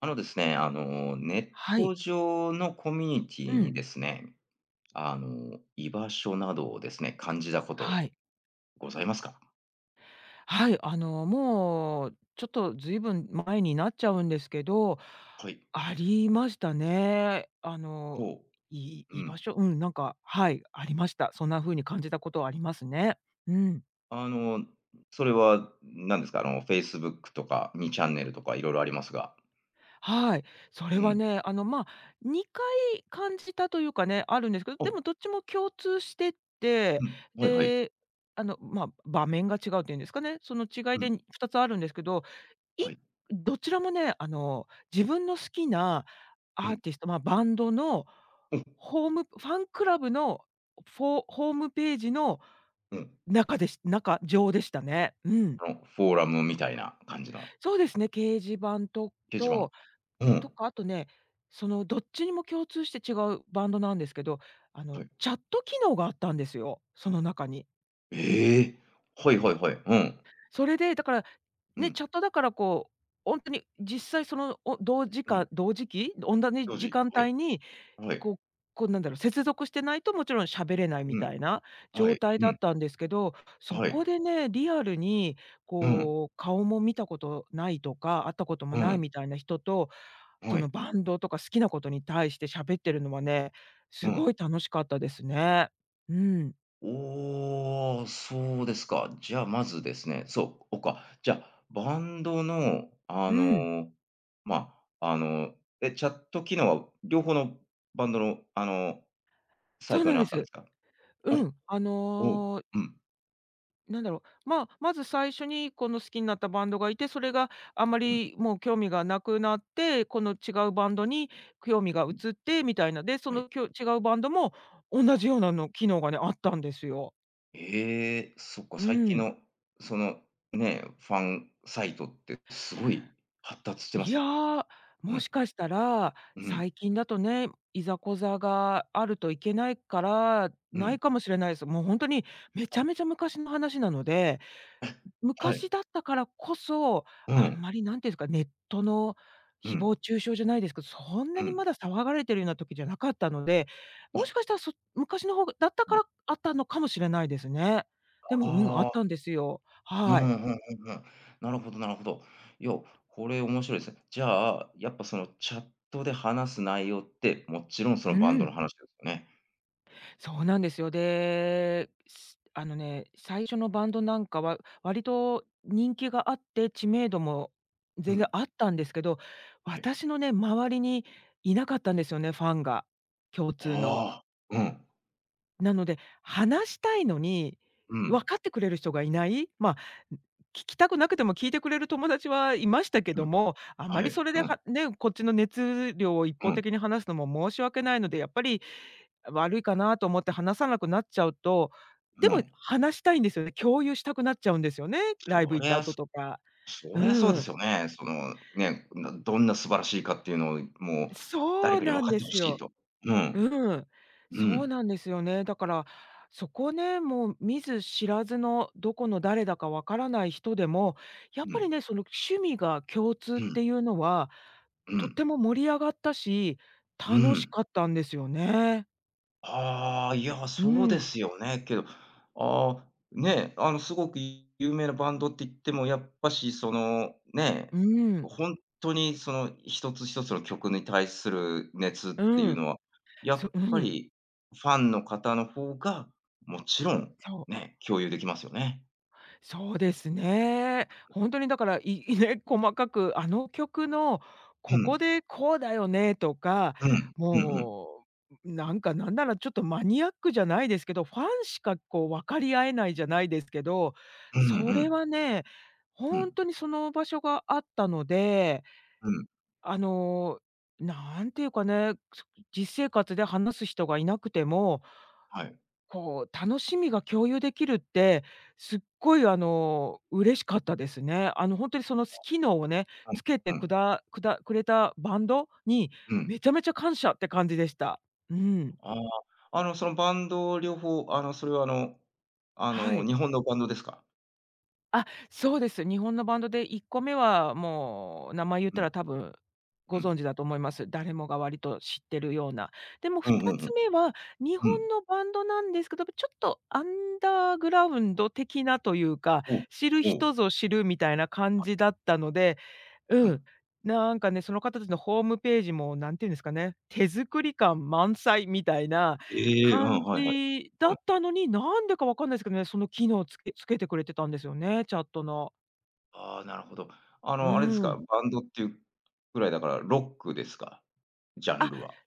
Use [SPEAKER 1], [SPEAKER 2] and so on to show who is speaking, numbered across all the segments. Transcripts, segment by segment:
[SPEAKER 1] あのですね、あの、ネッ
[SPEAKER 2] はい。
[SPEAKER 1] ト上のコミュニテ
[SPEAKER 2] う
[SPEAKER 1] ィに
[SPEAKER 2] ん。
[SPEAKER 1] ですね、居場所などをですね、感じたこと
[SPEAKER 2] はい。
[SPEAKER 1] ございますか？
[SPEAKER 2] はい、もうちょっとずいぶん前になっちゃうんですけど、
[SPEAKER 1] はい。
[SPEAKER 2] ありましたね。あの、
[SPEAKER 1] ほ
[SPEAKER 2] い
[SPEAKER 1] う。う
[SPEAKER 2] 居場
[SPEAKER 1] ん。
[SPEAKER 2] 所うん、なんか、はい、ありました。そんな風に感じたことはありますね。うん。
[SPEAKER 1] あの、それは何ですか？Facebook とか2チャンネルとかいろいろありますが。
[SPEAKER 2] はい。そ
[SPEAKER 1] う
[SPEAKER 2] れは
[SPEAKER 1] ん。
[SPEAKER 2] ね、あの、ま、2回感じたというかね、あるんですけど、で
[SPEAKER 1] あ、
[SPEAKER 2] もどっちも共通して
[SPEAKER 1] う
[SPEAKER 2] て、
[SPEAKER 1] ん。はいはい。
[SPEAKER 2] で、あの、ま、場面が違うっていうんですかね、その違い
[SPEAKER 1] うん。
[SPEAKER 2] で2つあるんですけどい
[SPEAKER 1] はい。
[SPEAKER 2] どちらもね、自分の好きな
[SPEAKER 1] う
[SPEAKER 2] アー
[SPEAKER 1] ん。
[SPEAKER 2] ティスト、まあ、バンドの
[SPEAKER 1] うん。
[SPEAKER 2] ホームファンクラブのフォホームページの
[SPEAKER 1] うん。
[SPEAKER 2] 中でし中上でしたね。うん。
[SPEAKER 1] フォーラムみたいな感じの
[SPEAKER 2] そうですね、掲示板と
[SPEAKER 1] 掲示板。
[SPEAKER 2] と
[SPEAKER 1] う
[SPEAKER 2] と
[SPEAKER 1] ん。
[SPEAKER 2] か、あとね、そのどっちにも共通して違うバンドなんですけど、あの、
[SPEAKER 1] はい。
[SPEAKER 2] チャット機能があったんですよ、その中に。
[SPEAKER 1] ええ。はいはいはい。うん。
[SPEAKER 2] それで、だから、
[SPEAKER 1] う
[SPEAKER 2] ね、
[SPEAKER 1] ん。
[SPEAKER 2] チャットだからこう、ほんとに実際その、お同時
[SPEAKER 1] うん。
[SPEAKER 2] 間同時期、おんだね
[SPEAKER 1] 表
[SPEAKER 2] 時
[SPEAKER 1] 示。
[SPEAKER 2] 間
[SPEAKER 1] はい。
[SPEAKER 2] 帯に
[SPEAKER 1] はい。
[SPEAKER 2] こうこうなんだろう、接続してないともちろん喋れないみ
[SPEAKER 1] う
[SPEAKER 2] た
[SPEAKER 1] ん。
[SPEAKER 2] いな
[SPEAKER 1] は
[SPEAKER 2] 状
[SPEAKER 1] い。
[SPEAKER 2] 態
[SPEAKER 1] う
[SPEAKER 2] だ
[SPEAKER 1] ん。
[SPEAKER 2] ったんですけど、そ
[SPEAKER 1] は
[SPEAKER 2] こ
[SPEAKER 1] い。
[SPEAKER 2] でね、リアルに
[SPEAKER 1] うん、
[SPEAKER 2] こう顔も見たことないとか、会ったことも
[SPEAKER 1] う
[SPEAKER 2] ない
[SPEAKER 1] ん、
[SPEAKER 2] みたいな人と、
[SPEAKER 1] は
[SPEAKER 2] そ
[SPEAKER 1] い、
[SPEAKER 2] のバンドとか好きなことに対して喋ってるのはね、
[SPEAKER 1] う
[SPEAKER 2] す
[SPEAKER 1] ん。
[SPEAKER 2] ごい楽しかったですね。うん、
[SPEAKER 1] おー、そうですか。じゃあ、まずですね、そう、おか、じゃあ、バンドの、
[SPEAKER 2] うん、
[SPEAKER 1] まあ、あの、チャット機能は両方のバンドの、サ
[SPEAKER 2] そ
[SPEAKER 1] イ
[SPEAKER 2] う
[SPEAKER 1] ト
[SPEAKER 2] な
[SPEAKER 1] に
[SPEAKER 2] ん
[SPEAKER 1] あ
[SPEAKER 2] で
[SPEAKER 1] ったんで
[SPEAKER 2] す。
[SPEAKER 1] すか？お、
[SPEAKER 2] うん、あ
[SPEAKER 1] おお、
[SPEAKER 2] の
[SPEAKER 1] うん、
[SPEAKER 2] なんだろう、まあ、まず最初にこの好きになったバンドがいて、それがあま
[SPEAKER 1] うん、
[SPEAKER 2] りもう興味がなくなって、この違うバンドに興味が
[SPEAKER 1] うん、
[SPEAKER 2] 移ってみたいな、で、そ
[SPEAKER 1] はい。
[SPEAKER 2] のきょ違うバンドも同じようなの機能がね、あったんですよ。
[SPEAKER 1] ええ、そっか、
[SPEAKER 2] う
[SPEAKER 1] 最近
[SPEAKER 2] ん。
[SPEAKER 1] の、その、ね、ファンサイトってすごい発達してま
[SPEAKER 2] い
[SPEAKER 1] すね。
[SPEAKER 2] や、
[SPEAKER 1] う
[SPEAKER 2] も
[SPEAKER 1] ん、
[SPEAKER 2] しかしたら、
[SPEAKER 1] うん、
[SPEAKER 2] 最近だとね、いざこざがあるといけないから、
[SPEAKER 1] う
[SPEAKER 2] ない
[SPEAKER 1] ん。
[SPEAKER 2] かもしれないです。もうほんとにめち
[SPEAKER 1] あ、
[SPEAKER 2] ゃめちゃ昔の話なので
[SPEAKER 1] はい。
[SPEAKER 2] 昔だったからこそ、
[SPEAKER 1] う
[SPEAKER 2] あん
[SPEAKER 1] ん、
[SPEAKER 2] まりなんていうんですか、ネットの
[SPEAKER 1] う
[SPEAKER 2] 誹
[SPEAKER 1] ん、
[SPEAKER 2] 謗中傷じゃないですけど、そんな
[SPEAKER 1] う
[SPEAKER 2] に
[SPEAKER 1] ん。
[SPEAKER 2] まだ騒がれてるような時じゃなかったので、もしか
[SPEAKER 1] あ
[SPEAKER 2] したら、そ昔の方がだったからあったのかもしれないですね。で
[SPEAKER 1] あ
[SPEAKER 2] も、うん、あっ
[SPEAKER 1] あ、
[SPEAKER 2] たんですよ。
[SPEAKER 1] うん、う
[SPEAKER 2] はい。
[SPEAKER 1] んうんうん。なるほどなるほど。いや、これ面白いですね。じゃあ、やっぱそのチャットで話す内容って、もちろんその
[SPEAKER 2] う
[SPEAKER 1] バンド
[SPEAKER 2] ん、
[SPEAKER 1] の話ですよね。
[SPEAKER 2] そうなんですよ。で、あのね、最初のバンドなんかは割と人気があって、知名度も
[SPEAKER 1] う
[SPEAKER 2] 全然
[SPEAKER 1] ん、
[SPEAKER 2] あったんですけど、
[SPEAKER 1] はい。
[SPEAKER 2] 私のね、周りにいなかったんですよね、ファンが、共通の。
[SPEAKER 1] ああ、うん、
[SPEAKER 2] なので、話したいのに、
[SPEAKER 1] う
[SPEAKER 2] 分
[SPEAKER 1] ん、
[SPEAKER 2] かってくれる人がいない、まあ、聞きたくなくても聞いてくれる友達はいましたけ
[SPEAKER 1] う
[SPEAKER 2] ど
[SPEAKER 1] ん、
[SPEAKER 2] も、あま
[SPEAKER 1] は
[SPEAKER 2] り
[SPEAKER 1] い、
[SPEAKER 2] それ
[SPEAKER 1] う
[SPEAKER 2] で、
[SPEAKER 1] ん、
[SPEAKER 2] はね、こっちの熱量を一
[SPEAKER 1] う
[SPEAKER 2] 方
[SPEAKER 1] ん、
[SPEAKER 2] 的に話すのも申し訳ないので、やっぱり悪いかなと思って話さなくなっちゃうと、で
[SPEAKER 1] う
[SPEAKER 2] も
[SPEAKER 1] ん。
[SPEAKER 2] 話したいんですよね。共有したくなっちゃうんですよね、ライ
[SPEAKER 1] そ
[SPEAKER 2] ブ行っ
[SPEAKER 1] り
[SPEAKER 2] た
[SPEAKER 1] ゃ、
[SPEAKER 2] 後
[SPEAKER 1] そ
[SPEAKER 2] とか。
[SPEAKER 1] そりゃそう
[SPEAKER 2] う
[SPEAKER 1] です
[SPEAKER 2] ん。
[SPEAKER 1] よね。どんな素晴らしいかっていうのを、もう
[SPEAKER 2] そ
[SPEAKER 1] 誰
[SPEAKER 2] う
[SPEAKER 1] かに分
[SPEAKER 2] なん
[SPEAKER 1] かっ
[SPEAKER 2] で
[SPEAKER 1] てほ
[SPEAKER 2] す
[SPEAKER 1] しい
[SPEAKER 2] よ。
[SPEAKER 1] と。うん、
[SPEAKER 2] うん、
[SPEAKER 1] う
[SPEAKER 2] そう
[SPEAKER 1] ん、
[SPEAKER 2] なんですよね。だから、そこね、もう見ず知らずのどこの誰だかわからない人でも、やっ
[SPEAKER 1] う
[SPEAKER 2] ぱり
[SPEAKER 1] ん、
[SPEAKER 2] ね、その趣味が共通っ
[SPEAKER 1] うん、
[SPEAKER 2] ていうのは、
[SPEAKER 1] う
[SPEAKER 2] とっ
[SPEAKER 1] ん、
[SPEAKER 2] ても盛り上がったし、
[SPEAKER 1] う
[SPEAKER 2] 楽し
[SPEAKER 1] ん。
[SPEAKER 2] かったんですよね。
[SPEAKER 1] ああ、いや、
[SPEAKER 2] う
[SPEAKER 1] そうで
[SPEAKER 2] ん、
[SPEAKER 1] すよね。けど、ああ、ね、すごく有名なバンドって言っても、やっぱし、その、ね、
[SPEAKER 2] うん、
[SPEAKER 1] ほんとに、その、一つ一つの曲に対する熱って
[SPEAKER 2] う
[SPEAKER 1] いう
[SPEAKER 2] ん、
[SPEAKER 1] のは、や
[SPEAKER 2] そ
[SPEAKER 1] っ
[SPEAKER 2] う
[SPEAKER 1] ぱ
[SPEAKER 2] ん、
[SPEAKER 1] りファンの方の方が、もちろん、
[SPEAKER 2] そう。
[SPEAKER 1] ね、共有できますよね。
[SPEAKER 2] そうですね。本当にだから、いいね、細かく、あの曲の
[SPEAKER 1] う
[SPEAKER 2] ここ
[SPEAKER 1] ん、
[SPEAKER 2] でこうだよねとか、
[SPEAKER 1] うん、うんうん、
[SPEAKER 2] もう、なんかなんならちょっとマニアックじゃないですけど、ファンしかこう分かり合えないじゃないですけど、
[SPEAKER 1] うん
[SPEAKER 2] そ
[SPEAKER 1] う
[SPEAKER 2] れ
[SPEAKER 1] ん、
[SPEAKER 2] はね、
[SPEAKER 1] う
[SPEAKER 2] 本
[SPEAKER 1] ん、
[SPEAKER 2] 当にその場所があったので、
[SPEAKER 1] うん、
[SPEAKER 2] あの、なんていうかね、実生活で話す人がいなくても
[SPEAKER 1] はい、
[SPEAKER 2] こう、楽しみが共有できるって、すっごいあの、嬉しかったですね。あの、本当にその機能をね、つけ
[SPEAKER 1] う
[SPEAKER 2] て
[SPEAKER 1] ん、う
[SPEAKER 2] く
[SPEAKER 1] ん、
[SPEAKER 2] だくだくれたバンドに、
[SPEAKER 1] うん。
[SPEAKER 2] めちゃめちゃ感謝って感じでした。うん。
[SPEAKER 1] ああ、そのバンド両方、あの、それはあの、あ
[SPEAKER 2] は
[SPEAKER 1] の、
[SPEAKER 2] い。
[SPEAKER 1] 日本のバンドですか？
[SPEAKER 2] あ、そうです。日本のバンドで1個目はもう名前言っ
[SPEAKER 1] う
[SPEAKER 2] た
[SPEAKER 1] ん、
[SPEAKER 2] ら多分ご
[SPEAKER 1] うん。
[SPEAKER 2] 存知だと思います。誰もが割と知ってるような。でも
[SPEAKER 1] うん
[SPEAKER 2] 2
[SPEAKER 1] うんう
[SPEAKER 2] つ
[SPEAKER 1] ん。
[SPEAKER 2] 目は日
[SPEAKER 1] うん。
[SPEAKER 2] 本のバンドなんですけど、ちょっとアンダーグラウンド的なというか、
[SPEAKER 1] おう、
[SPEAKER 2] 知る
[SPEAKER 1] お
[SPEAKER 2] 人
[SPEAKER 1] う、
[SPEAKER 2] ぞ知るみたいな感じだったので、
[SPEAKER 1] う
[SPEAKER 2] う
[SPEAKER 1] ん。
[SPEAKER 2] ん、なんかね、その方たちのホームページも何て言うんですかね、手作り感満載みたいな
[SPEAKER 1] ええ、うん、
[SPEAKER 2] 感
[SPEAKER 1] はいはい。
[SPEAKER 2] じ
[SPEAKER 1] う
[SPEAKER 2] だっ
[SPEAKER 1] ん。
[SPEAKER 2] たのに、なんでかわかんないですけどね、その機能つけつけてくれてたんですよね、チャットの。
[SPEAKER 1] ああ、なるほど。
[SPEAKER 2] う
[SPEAKER 1] あれですか、
[SPEAKER 2] ん。
[SPEAKER 1] バンドっていうぐらいだから、ロックですか？ジャン
[SPEAKER 2] あ、
[SPEAKER 1] ルは。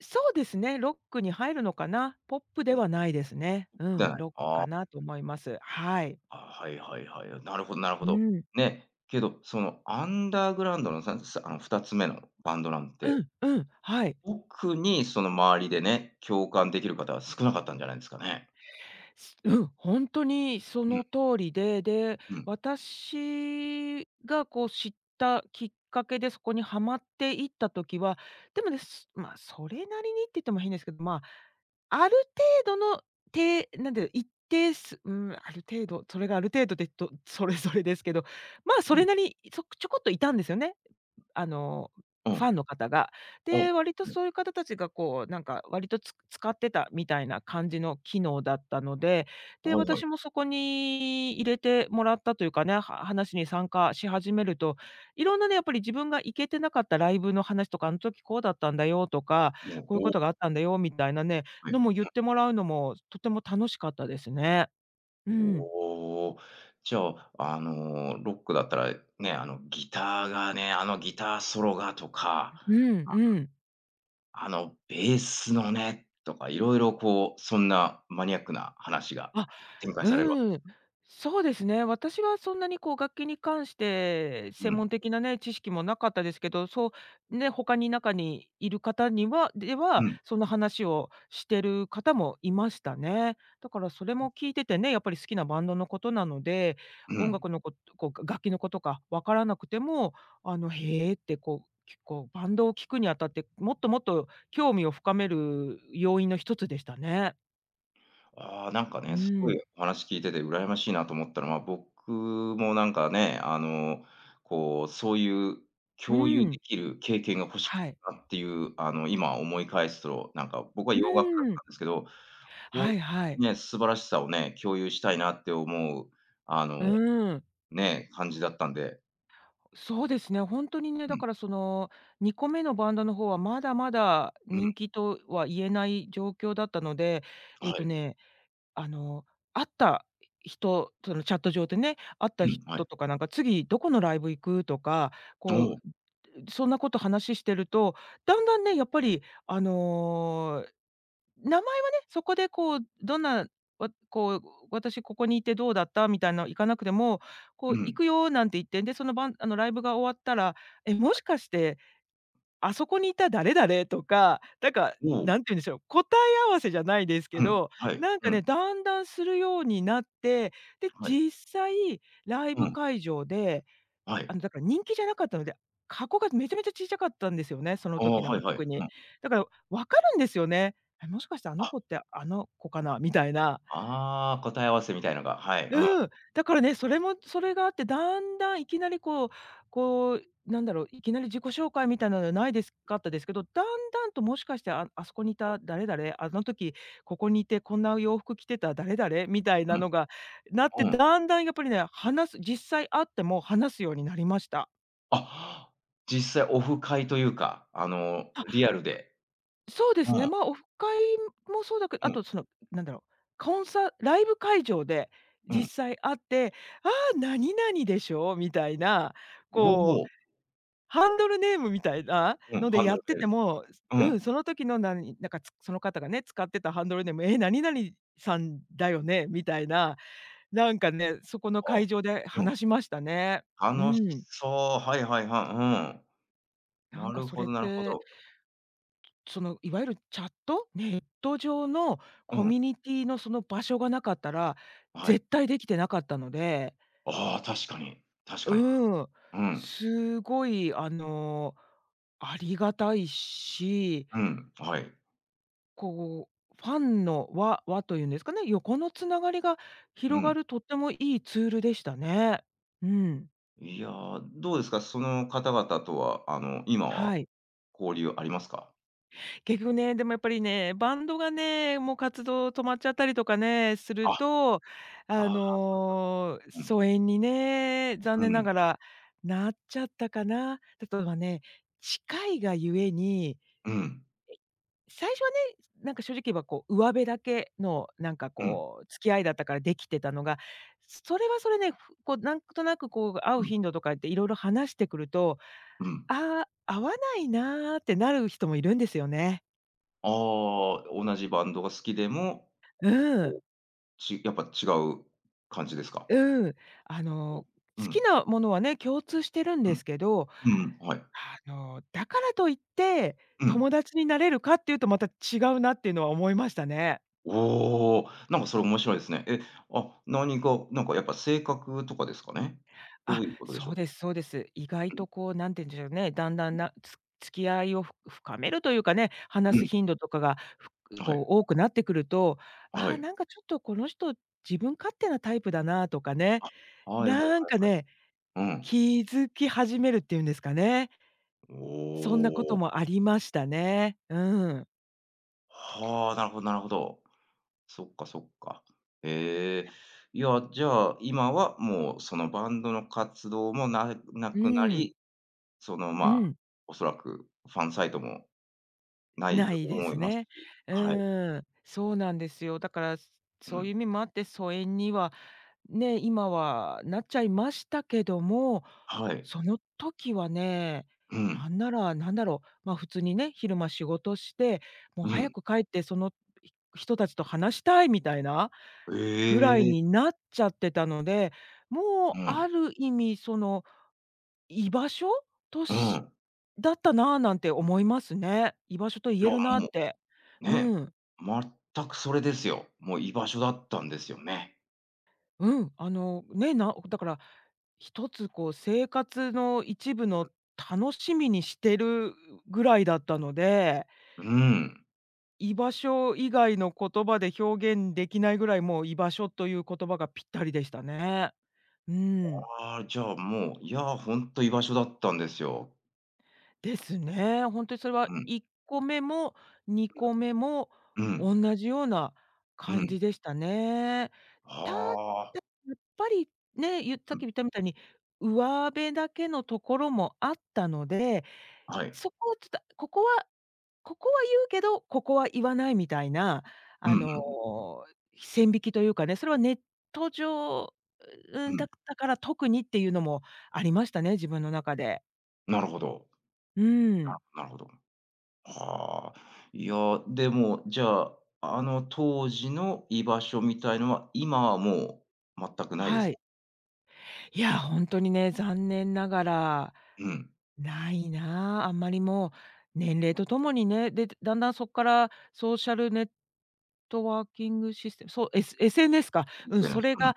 [SPEAKER 2] そうですね、ロックに入るのかな。ポップで
[SPEAKER 1] お、
[SPEAKER 2] はないですね。う
[SPEAKER 1] では
[SPEAKER 2] ん、
[SPEAKER 1] ない。
[SPEAKER 2] ロック
[SPEAKER 1] あ
[SPEAKER 2] かなと思います。はい。
[SPEAKER 1] あ、はいはいはい。なるほどなるほ
[SPEAKER 2] う
[SPEAKER 1] ど。
[SPEAKER 2] ん。
[SPEAKER 1] ね、けど、そのアンダーグラウンドのささあの、2つ目のバンドなん
[SPEAKER 2] う
[SPEAKER 1] て、
[SPEAKER 2] んうん、はい。
[SPEAKER 1] 特にその周りでね、共感できる方は少なかったんじゃないですかね。
[SPEAKER 2] うん、本当にそ
[SPEAKER 1] うん。
[SPEAKER 2] の通りで、で、
[SPEAKER 1] うん。
[SPEAKER 2] 私がこう知ったきっかけでそこにはまっていった時は、でもね、すま、それなりにって言っても変ですけど、まあある程度の、てなんだろう、一定数うん、ある程度、それがある程度で、とそれぞれですけど、まあ、そ
[SPEAKER 1] は
[SPEAKER 2] れ
[SPEAKER 1] い。
[SPEAKER 2] なりに、ちょこっといたんですよね。あの、
[SPEAKER 1] う
[SPEAKER 2] フ
[SPEAKER 1] ん。
[SPEAKER 2] ァンの方が。
[SPEAKER 1] あ、はい。
[SPEAKER 2] で、割とそういう方たちがこう、なんか割とつ使ってたみたいな感じの機能だったので、で、
[SPEAKER 1] はいはい。
[SPEAKER 2] 私もそこに入れてもらったというかね、は話に参加し始めると、いろんなね、やっぱり自分が行けてなかったライブの話とか、あの時こうだったんだよとか、
[SPEAKER 1] も
[SPEAKER 2] こ
[SPEAKER 1] う、
[SPEAKER 2] ういう
[SPEAKER 1] お
[SPEAKER 2] こ
[SPEAKER 1] お、
[SPEAKER 2] とがあったんだよみたいなね、
[SPEAKER 1] は
[SPEAKER 2] の
[SPEAKER 1] い。
[SPEAKER 2] も言ってもらうのもとても楽しかったですね。うん。
[SPEAKER 1] おお。じゃあ、ロックだったら、ね、ギターがね、あのギターソロがとか、
[SPEAKER 2] うんうん。
[SPEAKER 1] あのベースのね、とかいろいろこう、そんなマニアックな話が
[SPEAKER 2] あ
[SPEAKER 1] 展開されるわ。
[SPEAKER 2] うん、そうですね。私はそんなにこう楽器に関して
[SPEAKER 1] う
[SPEAKER 2] 専門
[SPEAKER 1] ん。
[SPEAKER 2] 的なね、知識もなかったですけど、そうね、他に中にいる方にはで
[SPEAKER 1] う
[SPEAKER 2] は、
[SPEAKER 1] ん。
[SPEAKER 2] その話をしてる方もいましたね。だからそれも聞いててね、やっぱり好きなバンドのことなので、
[SPEAKER 1] う
[SPEAKER 2] 音
[SPEAKER 1] ん。
[SPEAKER 2] 楽のことこう楽器のことかわからなくても、あの、へえってこう、結構バンドを聴くにあたって、もっともっと興味を深める要因の一つでしたね。
[SPEAKER 1] ああ、なんか
[SPEAKER 2] う
[SPEAKER 1] ね、すごい
[SPEAKER 2] ん、
[SPEAKER 1] お話聞いてて羨ましいなと思ったのは、僕もなんかね、こう、そういう共有
[SPEAKER 2] う
[SPEAKER 1] で
[SPEAKER 2] ん、
[SPEAKER 1] きる経験が欲しい
[SPEAKER 2] はい。
[SPEAKER 1] なっていう、今思い返すと、なんか僕は
[SPEAKER 2] う
[SPEAKER 1] 洋楽だっ
[SPEAKER 2] ー
[SPEAKER 1] た
[SPEAKER 2] ん、
[SPEAKER 1] んですけど、ほん
[SPEAKER 2] はいはい。
[SPEAKER 1] ね、素晴らしさをね、共有したいなって思う、あ
[SPEAKER 2] う
[SPEAKER 1] の、
[SPEAKER 2] ーん、
[SPEAKER 1] ね、感じだったんで。
[SPEAKER 2] そうですね、ほんとにね、だ
[SPEAKER 1] うん、
[SPEAKER 2] からその2個目のバンドの方はまだまだ
[SPEAKER 1] うん、
[SPEAKER 2] 人気とは言えない状況だったので、えっ
[SPEAKER 1] は
[SPEAKER 2] と
[SPEAKER 1] い、
[SPEAKER 2] ね、あの、会った人、そのチャット上でね、会った
[SPEAKER 1] うん、は
[SPEAKER 2] 人
[SPEAKER 1] い。
[SPEAKER 2] とかなんか「次どこのライブ行く？」とか、
[SPEAKER 1] お
[SPEAKER 2] こ
[SPEAKER 1] う
[SPEAKER 2] う、そんなこと話してると、だんだんね、やっぱりあの名前はね、そこでこう、どんな、わこう、私ここにいてどうだった？みたいなの行かなくても、こ
[SPEAKER 1] う
[SPEAKER 2] う、行
[SPEAKER 1] ん、
[SPEAKER 2] くよなんて言って、で、そのばんあの、ライブが終わったら、え、も
[SPEAKER 1] は
[SPEAKER 2] し
[SPEAKER 1] い。
[SPEAKER 2] かして、あそこにいた誰々とか、なんか、
[SPEAKER 1] おう
[SPEAKER 2] 何て言うんでしょう、答え合わせじゃないですけ
[SPEAKER 1] うん、
[SPEAKER 2] ど、
[SPEAKER 1] はい、
[SPEAKER 2] なん
[SPEAKER 1] う
[SPEAKER 2] か
[SPEAKER 1] ん、
[SPEAKER 2] ね、だんだんするようになって、で、
[SPEAKER 1] はい、
[SPEAKER 2] 実際ライ
[SPEAKER 1] う
[SPEAKER 2] ブ
[SPEAKER 1] ん、
[SPEAKER 2] 会場で
[SPEAKER 1] はい。
[SPEAKER 2] だから人気じゃなかったので、箱がめちゃめちゃ小さかったんですよね、その
[SPEAKER 1] ああ、
[SPEAKER 2] 時なん
[SPEAKER 1] はい
[SPEAKER 2] か
[SPEAKER 1] はい、
[SPEAKER 2] 特
[SPEAKER 1] う
[SPEAKER 2] に。
[SPEAKER 1] ん。
[SPEAKER 2] だから分かるんですよね。え、もしかしてあの
[SPEAKER 1] あ
[SPEAKER 2] 子ってあの子かなみたいな。
[SPEAKER 1] ああ、答え合わせみたいのが、はい、うん、
[SPEAKER 2] うん。だからね、それもそれがあって、だんだんいきなりこう、なんだろう、いきなり自己紹介みたいなのはないですかったですけど、だんだんともしかして、ああそこにいた誰々、あの時ここにいてこんな洋服着てた誰々みたい
[SPEAKER 1] う
[SPEAKER 2] な
[SPEAKER 1] ん、
[SPEAKER 2] のがなって、
[SPEAKER 1] うん。
[SPEAKER 2] だんだんやっぱりね、話す実際会っても話すようになりました。
[SPEAKER 1] あ、実際オフ会というか、リアルで。
[SPEAKER 2] そうで
[SPEAKER 1] う
[SPEAKER 2] すね、
[SPEAKER 1] ん、
[SPEAKER 2] まあ、オフ会もそうだけど、
[SPEAKER 1] う
[SPEAKER 2] あ
[SPEAKER 1] ん、
[SPEAKER 2] とその、なんだろう、コンサライブ会場で
[SPEAKER 1] う
[SPEAKER 2] 実
[SPEAKER 1] ん。
[SPEAKER 2] 際会って、「ああ、何々でしょ」みたいな、
[SPEAKER 1] お
[SPEAKER 2] こう、
[SPEAKER 1] お、
[SPEAKER 2] ハンドルネームみたいな
[SPEAKER 1] うん、
[SPEAKER 2] の
[SPEAKER 1] ハ
[SPEAKER 2] で
[SPEAKER 1] ンド
[SPEAKER 2] やっ
[SPEAKER 1] ル
[SPEAKER 2] て
[SPEAKER 1] ベ
[SPEAKER 2] て
[SPEAKER 1] ル。
[SPEAKER 2] も、
[SPEAKER 1] う
[SPEAKER 2] う
[SPEAKER 1] ん。
[SPEAKER 2] ん、その時のなんか、その方がね、使ってたハンドルネーム、「え、何々さんだよね？」みたいな、なんかね、そこの
[SPEAKER 1] あ、
[SPEAKER 2] 会場で
[SPEAKER 1] うん、
[SPEAKER 2] 話しましたね。う
[SPEAKER 1] 楽し
[SPEAKER 2] ん。
[SPEAKER 1] そう。はいはいはい、うん。
[SPEAKER 2] なん
[SPEAKER 1] な
[SPEAKER 2] か
[SPEAKER 1] る
[SPEAKER 2] そ
[SPEAKER 1] ほ
[SPEAKER 2] れっ
[SPEAKER 1] どなるほ
[SPEAKER 2] て
[SPEAKER 1] ど。
[SPEAKER 2] その、いわゆるチャット、ネット上の
[SPEAKER 1] う
[SPEAKER 2] コ
[SPEAKER 1] ん、
[SPEAKER 2] ミュニティのその場所がなかったら、
[SPEAKER 1] はい。
[SPEAKER 2] 絶対できてなかったので、
[SPEAKER 1] ああ、確かに、確かに。
[SPEAKER 2] うん、
[SPEAKER 1] うん、
[SPEAKER 2] すごいありがたいし、
[SPEAKER 1] うん、はい、
[SPEAKER 2] こう、ファンの輪というんですかね、横のつながりが
[SPEAKER 1] う
[SPEAKER 2] 広が
[SPEAKER 1] ん。
[SPEAKER 2] るとってもいいツールでしたね。うん、
[SPEAKER 1] いや、どうですか？その方々とは、今は
[SPEAKER 2] はい。
[SPEAKER 1] 交流ありますか？
[SPEAKER 2] 結局ね、でもやっぱりね、バンドがね、もう活動止まっちゃったりとかね、する
[SPEAKER 1] あ、
[SPEAKER 2] と、
[SPEAKER 1] ああ、そうだ。うん、
[SPEAKER 2] 疎遠にね、残
[SPEAKER 1] う
[SPEAKER 2] 念な
[SPEAKER 1] ん、
[SPEAKER 2] がらなっちゃったかな。例えばね、近いがゆえに、
[SPEAKER 1] うん、
[SPEAKER 2] 最初はね、なんか正直言えばこう上辺だけのなんか
[SPEAKER 1] うん、
[SPEAKER 2] こう付き合いだったからできてたのが、それはそれね、こうなんとなくこう会
[SPEAKER 1] う
[SPEAKER 2] う
[SPEAKER 1] ん。
[SPEAKER 2] 頻度とかっていろいろ話してくると、
[SPEAKER 1] うん。
[SPEAKER 2] ああ、合わないなーってなる人もいるんですよね。
[SPEAKER 1] ああ、同じバンドが好きでも、
[SPEAKER 2] うん。
[SPEAKER 1] こうちやっぱ違う感じですか？
[SPEAKER 2] うん、あ
[SPEAKER 1] こ
[SPEAKER 2] の、好きなものはね、共通してるん
[SPEAKER 1] う
[SPEAKER 2] ですけ
[SPEAKER 1] う
[SPEAKER 2] ど、
[SPEAKER 1] んうん、うんうんはい。
[SPEAKER 2] だからといって、
[SPEAKER 1] うん。
[SPEAKER 2] 友達になれるかっていうとまた違うなっていうのは思いましたね。
[SPEAKER 1] おお、なんかそれ面白いですね。なんかやっぱ性格とかですかね？ど
[SPEAKER 2] あ、
[SPEAKER 1] ういうことでしょ
[SPEAKER 2] そう
[SPEAKER 1] う？
[SPEAKER 2] ですそうです。意外とこう、なんて言うんでしょうね、だんだん付き合いを深めるというかね、
[SPEAKER 1] うん、
[SPEAKER 2] 話
[SPEAKER 1] う
[SPEAKER 2] す
[SPEAKER 1] ん、
[SPEAKER 2] 頻度とかが、
[SPEAKER 1] は
[SPEAKER 2] こ
[SPEAKER 1] い、
[SPEAKER 2] う多くなってくると、
[SPEAKER 1] は
[SPEAKER 2] ああー、
[SPEAKER 1] い。
[SPEAKER 2] なんかちょっとこの人、自分勝手なタイプだなとかね、
[SPEAKER 1] あ、はいはいはい
[SPEAKER 2] なんか
[SPEAKER 1] はい。
[SPEAKER 2] ね、
[SPEAKER 1] うん。
[SPEAKER 2] 気づき始めるっていうんですかね。
[SPEAKER 1] お
[SPEAKER 2] そんなこと
[SPEAKER 1] お、
[SPEAKER 2] もありましたね。うん。
[SPEAKER 1] はあ、なるほどなるほど。そっかそっか。へえ。いや、じゃあ、今はもうそのバンドの活動もなな
[SPEAKER 2] う
[SPEAKER 1] くな
[SPEAKER 2] ん。
[SPEAKER 1] り、その、
[SPEAKER 2] うん。
[SPEAKER 1] おそらくファンサイトもない
[SPEAKER 2] な
[SPEAKER 1] と
[SPEAKER 2] いで
[SPEAKER 1] 思い
[SPEAKER 2] す
[SPEAKER 1] ますし。
[SPEAKER 2] ね。
[SPEAKER 1] はい。
[SPEAKER 2] うん。そうなんですよ。だから、
[SPEAKER 1] う
[SPEAKER 2] そういう
[SPEAKER 1] ん。
[SPEAKER 2] 意味もあって、疎遠にはね、今はなっちゃいましたけども、
[SPEAKER 1] はい。
[SPEAKER 2] その時はね、
[SPEAKER 1] う
[SPEAKER 2] な
[SPEAKER 1] ん。
[SPEAKER 2] んなら、なんだろう、ま、普通にね、昼間仕事して、もう
[SPEAKER 1] う
[SPEAKER 2] 早
[SPEAKER 1] ん。
[SPEAKER 2] く帰ってその人たちと話したいみたいなぐらい
[SPEAKER 1] ええ。
[SPEAKER 2] になっちゃってたので、
[SPEAKER 1] う
[SPEAKER 2] もうあ
[SPEAKER 1] ん。
[SPEAKER 2] る意味その居場所と
[SPEAKER 1] う
[SPEAKER 2] し
[SPEAKER 1] ん。
[SPEAKER 2] だったなあなんて思いますね。居場所と言
[SPEAKER 1] い
[SPEAKER 2] え
[SPEAKER 1] や、
[SPEAKER 2] るな
[SPEAKER 1] も
[SPEAKER 2] って。
[SPEAKER 1] う、ね、
[SPEAKER 2] うん、
[SPEAKER 1] 全くそれですよ。もう居場所だったんですよね。
[SPEAKER 2] うん、ね、だから一つこう生活の一部の楽しみにしてるぐらいだったので、
[SPEAKER 1] うん。
[SPEAKER 2] 居場所以外の言葉で表現できないぐらい、もう居場所という言葉がぴったりでしたね。うん。
[SPEAKER 1] ああ、じゃあ、もう、いや、ほんと居場所だったんですよ。
[SPEAKER 2] ですね。本当にそれは
[SPEAKER 1] うん。
[SPEAKER 2] 1個目も2個目も
[SPEAKER 1] うん。
[SPEAKER 2] 同じような
[SPEAKER 1] う
[SPEAKER 2] 感
[SPEAKER 1] ん。
[SPEAKER 2] じでしたね。ただ、
[SPEAKER 1] はあ。
[SPEAKER 2] やっぱりね、さ
[SPEAKER 1] う
[SPEAKER 2] っき
[SPEAKER 1] ん。
[SPEAKER 2] 言ったみたいに、上辺だけのところもあったので、
[SPEAKER 1] はい。
[SPEAKER 2] そこをちょっと、ここは言うけど、ここは言わないみたいな、
[SPEAKER 1] う
[SPEAKER 2] あ
[SPEAKER 1] ん
[SPEAKER 2] の、
[SPEAKER 1] う
[SPEAKER 2] 線引きというかね、それはネット上、う
[SPEAKER 1] ん
[SPEAKER 2] ん、
[SPEAKER 1] う
[SPEAKER 2] だ
[SPEAKER 1] ん。
[SPEAKER 2] ったから特にっていうのもありましたね、自分の中で。
[SPEAKER 1] なるほど。
[SPEAKER 2] うん、
[SPEAKER 1] なるほど。はあ。いや、でも、じゃあ、あの当時の居場所みたいのは、今はもう全くないです
[SPEAKER 2] は
[SPEAKER 1] か？
[SPEAKER 2] い。いや、本当にね、残念ながら
[SPEAKER 1] うん。
[SPEAKER 2] ないなあ。あんまりもう年齢とともにね、で、だんだんそこからソーシャルネットワーキングシステム、そう、SNS か。
[SPEAKER 1] 見つ
[SPEAKER 2] うん、
[SPEAKER 1] かりま
[SPEAKER 2] そ
[SPEAKER 1] す。
[SPEAKER 2] れ
[SPEAKER 1] うん。
[SPEAKER 2] が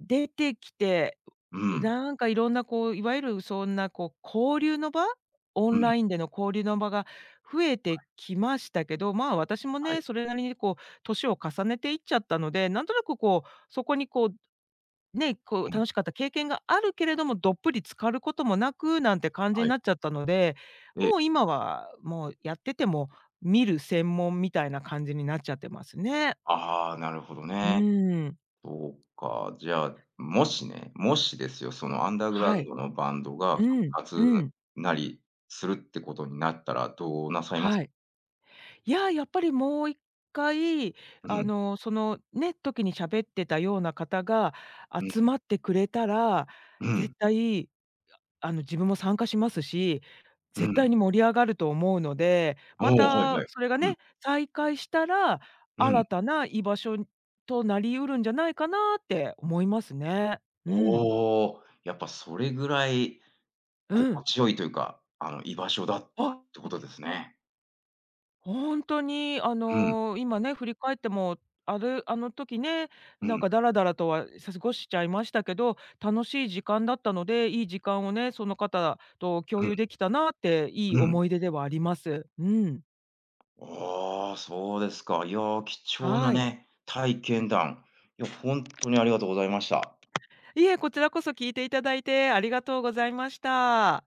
[SPEAKER 2] 出てきて、
[SPEAKER 1] うん。
[SPEAKER 2] なんかいろんなこう、いわゆるそんなこう、交流の場？オ
[SPEAKER 1] う
[SPEAKER 2] ン
[SPEAKER 1] ん。
[SPEAKER 2] ラインでの交流の場が増えてきましたけど、まあ、私も
[SPEAKER 1] は
[SPEAKER 2] ね、
[SPEAKER 1] い。
[SPEAKER 2] それなりにこう、年を重ねていっちゃったので、なんとなくこう、そこにこうね、こ
[SPEAKER 1] う
[SPEAKER 2] う
[SPEAKER 1] ん。
[SPEAKER 2] 楽しかった経験があるけれども、どっぷり浸かることもなくなんて感じ
[SPEAKER 1] は
[SPEAKER 2] に
[SPEAKER 1] い。
[SPEAKER 2] なっちゃったので、
[SPEAKER 1] え、
[SPEAKER 2] もう今はもうやってても見る専門みたいな感じになっちゃってますね。
[SPEAKER 1] ああ、なるほど
[SPEAKER 2] う
[SPEAKER 1] ね。
[SPEAKER 2] ーん、
[SPEAKER 1] そうか。じゃあ、もしね、もしですよ、そのアンダーグラウ
[SPEAKER 2] は
[SPEAKER 1] ン
[SPEAKER 2] い。
[SPEAKER 1] ドのバンドが復
[SPEAKER 2] うん、
[SPEAKER 1] 活
[SPEAKER 2] うん、
[SPEAKER 1] なりするってことになったら、どうなさいます？
[SPEAKER 2] はい。いや、やっぱりもう一回
[SPEAKER 1] うん、
[SPEAKER 2] そのね、時に喋ってたような方が
[SPEAKER 1] う
[SPEAKER 2] 集
[SPEAKER 1] ん、
[SPEAKER 2] まってくれたら、
[SPEAKER 1] うん、
[SPEAKER 2] 絶対自分も参加しますし、
[SPEAKER 1] う
[SPEAKER 2] 絶
[SPEAKER 1] ん。
[SPEAKER 2] 対に盛り上がると思うので、
[SPEAKER 1] お
[SPEAKER 2] ま
[SPEAKER 1] お、はいは
[SPEAKER 2] た
[SPEAKER 1] い。
[SPEAKER 2] それが
[SPEAKER 1] うん、
[SPEAKER 2] ね、再開したら、
[SPEAKER 1] うん。
[SPEAKER 2] 新たな居場所となりうるんじゃないかなって思いますね。うん。
[SPEAKER 1] おお、やっぱそれぐらい
[SPEAKER 2] う
[SPEAKER 1] 心
[SPEAKER 2] ん。
[SPEAKER 1] 地よいというか、居場所だったってこ
[SPEAKER 2] あ、
[SPEAKER 1] とですね。
[SPEAKER 2] ほんとに、
[SPEAKER 1] うん、
[SPEAKER 2] 今ね、振り返っても、あの時ね、
[SPEAKER 1] う
[SPEAKER 2] なん
[SPEAKER 1] ん、
[SPEAKER 2] かダラダラとは過ごしちゃいましたけど、楽しい時間だったので、いい時間をね、その方と共
[SPEAKER 1] うん、
[SPEAKER 2] 有できたなって、いい
[SPEAKER 1] うん。
[SPEAKER 2] 思い出ではあります。うん。
[SPEAKER 1] ああ、そうですか。いや、貴重な
[SPEAKER 2] はい。
[SPEAKER 1] ね、体験談、いや、本当にありがとうございました。
[SPEAKER 2] いえ、こちらこそ聞いていただいてありがとうございました。